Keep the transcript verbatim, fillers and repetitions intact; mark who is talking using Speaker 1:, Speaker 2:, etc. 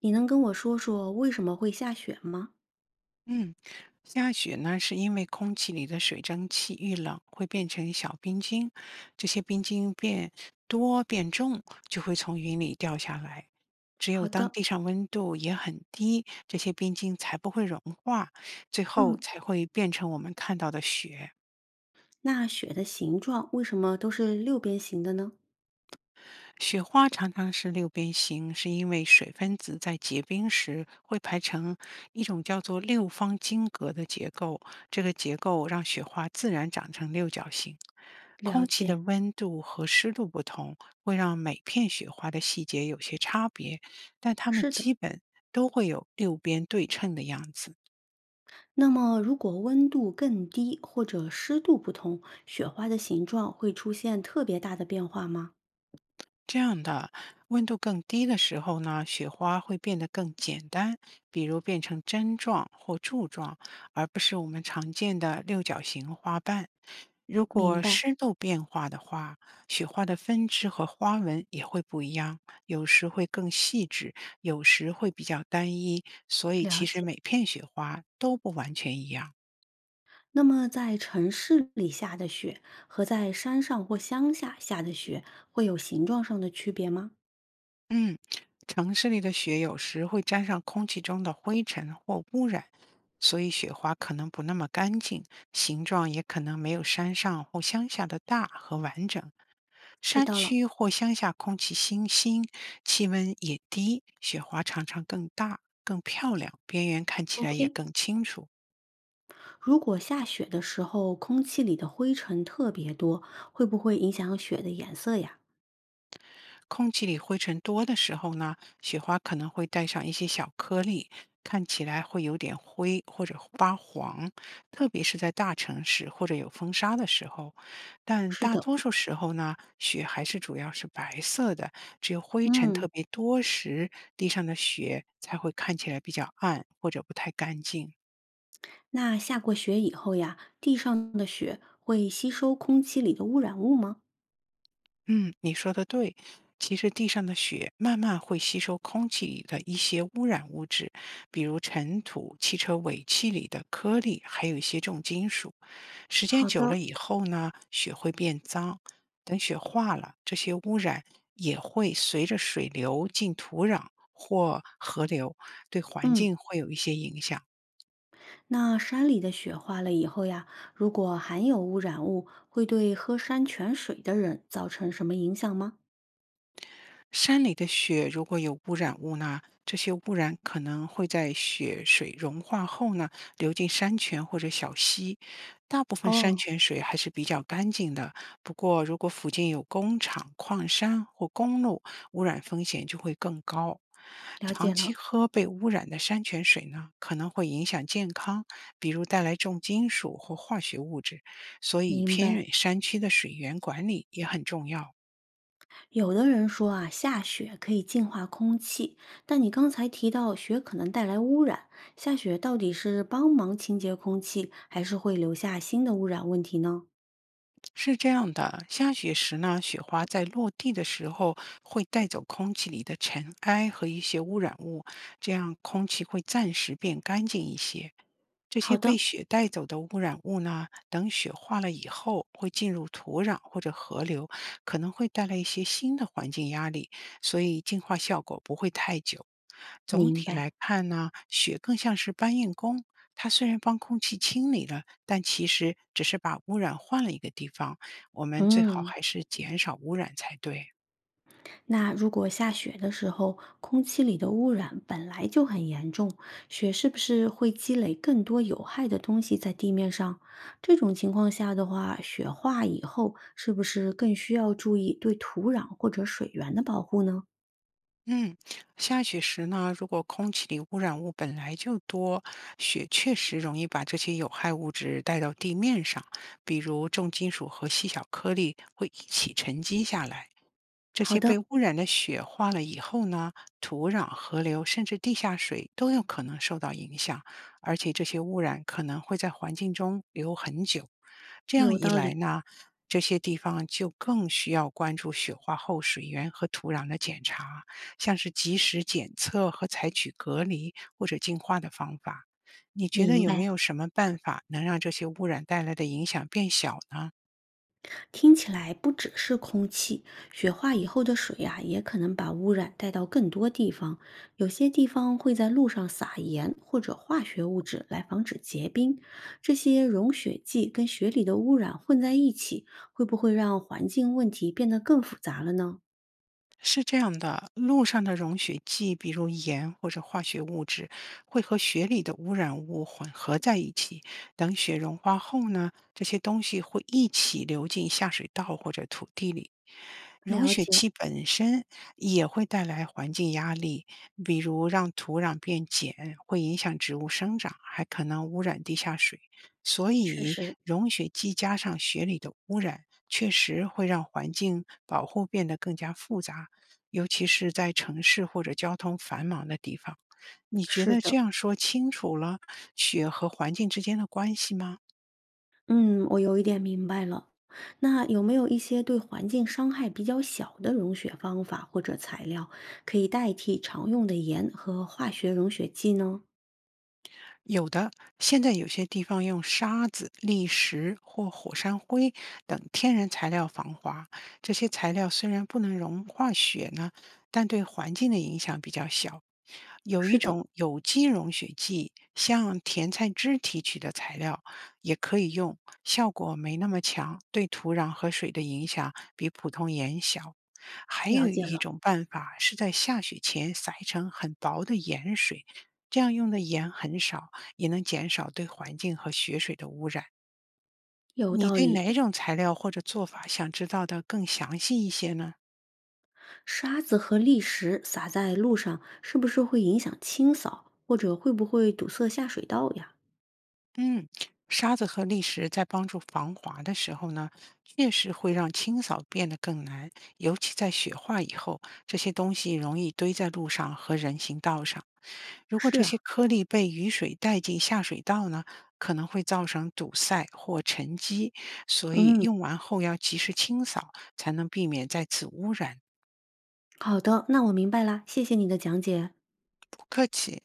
Speaker 1: 你能跟我说说为什么会下雪吗？
Speaker 2: 嗯，下雪呢，是因为空气里的水蒸气遇冷会变成小冰晶，这些冰晶变多变重，就会从云里掉下来。只
Speaker 1: 好
Speaker 2: 有当
Speaker 1: 的。
Speaker 2: 地上温度也很低，这些冰晶才不会融化，最后
Speaker 1: 嗯。
Speaker 2: 才会变成我们看到的雪。
Speaker 1: 那雪的形状为什么都是六边形的呢？
Speaker 2: 雪花常常是六边形，是因为水分子在结冰时会排成一种叫做六方晶格的结构，这个结构让雪花自然长成六角形。
Speaker 1: 了
Speaker 2: 空气的
Speaker 1: 解。
Speaker 2: 温度和湿度不同，会让每片雪花的细节有些差别，但它们
Speaker 1: 是的。
Speaker 2: 基本都会有六边对称的样子。
Speaker 1: 那么如果温度更低或者湿度不同，雪花的形状会出现特别大的变化吗？
Speaker 2: 这样的，温度更低的时候呢，雪花会变得更简单，比如变成针状或柱状，而不是我们常见的六角形花瓣。如
Speaker 1: 明
Speaker 2: 果
Speaker 1: 白。
Speaker 2: 湿度变化的话，雪花的分支和花纹也会不一样，有时会更细致，有时会比较单一，所以
Speaker 1: 了
Speaker 2: 其实
Speaker 1: 解。
Speaker 2: 每片雪花都不完全一样。
Speaker 1: 那么在城市里下的雪和在山上或乡下下的雪会有形状上的区别吗？
Speaker 2: 嗯，城市里的雪有时会沾上空气中的灰尘或污染，所以雪花可能不那么干净，形状也可能没有山上或乡下的大和完整。
Speaker 1: 知
Speaker 2: 山
Speaker 1: 道了
Speaker 2: 区或乡下空气清新，气温也低，雪花常常更大、更漂亮，边缘看起来也
Speaker 1: ，O K。
Speaker 2: 更清楚。
Speaker 1: 如果下雪的时候，空气里的灰尘特别多，会不会影响雪的颜色呀？
Speaker 2: 空气里灰尘多的时候呢，雪花可能会带上一些小颗粒，看起来会有点灰或者发黄，特别是在大城市或者有风沙的时候。但
Speaker 1: 是
Speaker 2: 大
Speaker 1: 的。
Speaker 2: 多数时候呢，雪还是主要是白色的，只有灰尘
Speaker 1: 嗯。
Speaker 2: 特别多时，地上的雪才会看起来比较暗或者不太干净。
Speaker 1: 那下过雪以后呀，地上的雪会吸收空气里的污染物吗？
Speaker 2: 嗯，你说的对。其实地上的雪慢慢会吸收空气里的一些污染物质，比如尘土、汽车尾气里的颗粒，还有一些重金属。时间
Speaker 1: 好
Speaker 2: 久
Speaker 1: 的。
Speaker 2: 了以后呢，雪会变脏。等雪化了，这些污染也会随着水流进土壤或河流，对环
Speaker 1: 嗯。
Speaker 2: 境会有一些影响。
Speaker 1: 那山里的雪化了以后呀，如果含有污染物，会对喝山泉水的人造成什么影响吗？
Speaker 2: 山里的雪如果有污染物呢，这些污染可能会在雪水融化后呢，流进山泉或者小溪。大部分山
Speaker 1: 哦。
Speaker 2: 泉水还是比较干净的，不过如果附近有工厂、矿山或公路，污染风险就会更高。
Speaker 1: 了解
Speaker 2: 长期
Speaker 1: 了。
Speaker 2: 喝被污染的山泉水呢，可能会影响健康，比如带来重金属或化学物质，所以
Speaker 1: 明
Speaker 2: 偏
Speaker 1: 白。
Speaker 2: 远山区的水源管理也很重要。
Speaker 1: 有的人说啊，下雪可以净化空气，但你刚才提到雪可能带来污染，下雪到底是帮忙清洁空气，还是会留下新的污染问题呢？
Speaker 2: 是这样的，下雪时呢，雪花在落地的时候会带走空气里的尘埃和一些污染物，这样空气会暂时变干净一些。这些
Speaker 1: 好的。
Speaker 2: 被雪带走的污染物呢，等雪化了以后，会进入土壤或者河流，可能会带来一些新的环境压力，所以净化效果不会太久。总
Speaker 1: 明
Speaker 2: 体
Speaker 1: 白。
Speaker 2: 来看呢，雪更像是搬运工，它虽然帮空气清理了，但其实只是把污染换了一个地方。我们最好
Speaker 1: 嗯。
Speaker 2: 还是减少污染才对。
Speaker 1: 那如果下雪的时候，空气里的污染本来就很严重，雪是不是会积累更多有害的东西在地面上？这种情况下的话，雪化以后是不是更需要注意对土壤或者水源的保护呢？
Speaker 2: 嗯，下雪时呢，如果空气里污染物本来就多，雪确实容易把这些有害物质带到地面上，比如重金属和细小颗粒会一起沉积下来。这
Speaker 1: 好
Speaker 2: 些被
Speaker 1: 的。
Speaker 2: 污染的雪化了以后呢，土壤、河流甚至地下水都有可能受到影响，而且这些污染可能会在环境中留很久。这样一来呢，这些地方就更需要关注雪化后水源和土壤的检查，像是及时检测和采取隔离或者净化的方法。你觉得
Speaker 1: 明
Speaker 2: 有没
Speaker 1: 白。
Speaker 2: 有什么办法能让这些污染带来的影响变小呢？
Speaker 1: 听起来不只是空气，雪化以后的水呀、也可能把污染带到更多地方。有些地方会在路上撒盐或者化学物质来防止结冰，这些融雪剂跟雪里的污染混在一起，会不会让环境问题变得更复杂了呢？
Speaker 2: 是这样的，路上的溶雪剂，比如盐或者化学物质，会和雪里的污染物混合在一起。等雪融化后呢，这些东西会一起流进下水道或者土地里。融
Speaker 1: 了
Speaker 2: 雪
Speaker 1: 解。
Speaker 2: 剂本身也会带来环境压力，比如让土壤变碱，会影响植物生长，还可能污染地下水。所
Speaker 1: 确
Speaker 2: 以，
Speaker 1: 实。
Speaker 2: 融雪剂加上雪里的污染，确实会让环境保护变得更加复杂。尤其是在城市或者交通繁忙的地方。你觉
Speaker 1: 是
Speaker 2: 得这
Speaker 1: 的。
Speaker 2: 样说清楚了雪和环境之间的关系吗？
Speaker 1: 嗯，我有一点明白了。那有没有一些对环境伤害比较小的融雪方法或者材料，可以代替常用的盐和化学融雪剂呢？
Speaker 2: 有的，现在有些地方用沙子、砾石或火山灰等天然材料防滑。这些材料虽然不能融化雪呢，但对环境的影响比较小。有
Speaker 1: 是
Speaker 2: 一
Speaker 1: 的。
Speaker 2: 种有机融雪剂，像甜菜汁提取的材料也可以用，效果没那么强，对土壤和水的影响比普通盐小。还
Speaker 1: 了
Speaker 2: 有
Speaker 1: 解
Speaker 2: 一
Speaker 1: 了。
Speaker 2: 种办法是在下雪前撒一层很薄的盐水，这样用的盐很少。也能减少对环境和雪水的污染。
Speaker 1: 有
Speaker 2: 你
Speaker 1: 道
Speaker 2: 对
Speaker 1: 理。
Speaker 2: 哪种材料或者做法想知道的更详细一些呢？
Speaker 1: 沙子和砾石撒在路上，是不是会影响清扫，或者会不会堵塞下水道呀？
Speaker 2: 嗯，沙子和砾石在帮助防滑的时候呢，确实会让清扫变得更难，尤其在雪化以后，这些东西容易堆在路上和人行道上。如果
Speaker 1: 是
Speaker 2: 这
Speaker 1: 啊。
Speaker 2: 些颗粒被雨水带进下水道呢，可能会造成堵塞或沉积，所以
Speaker 1: 嗯。
Speaker 2: 用完后要及时清扫，才能避免再次污染。
Speaker 1: 好的，那我明白啦，谢谢你的讲解。
Speaker 2: 不客气。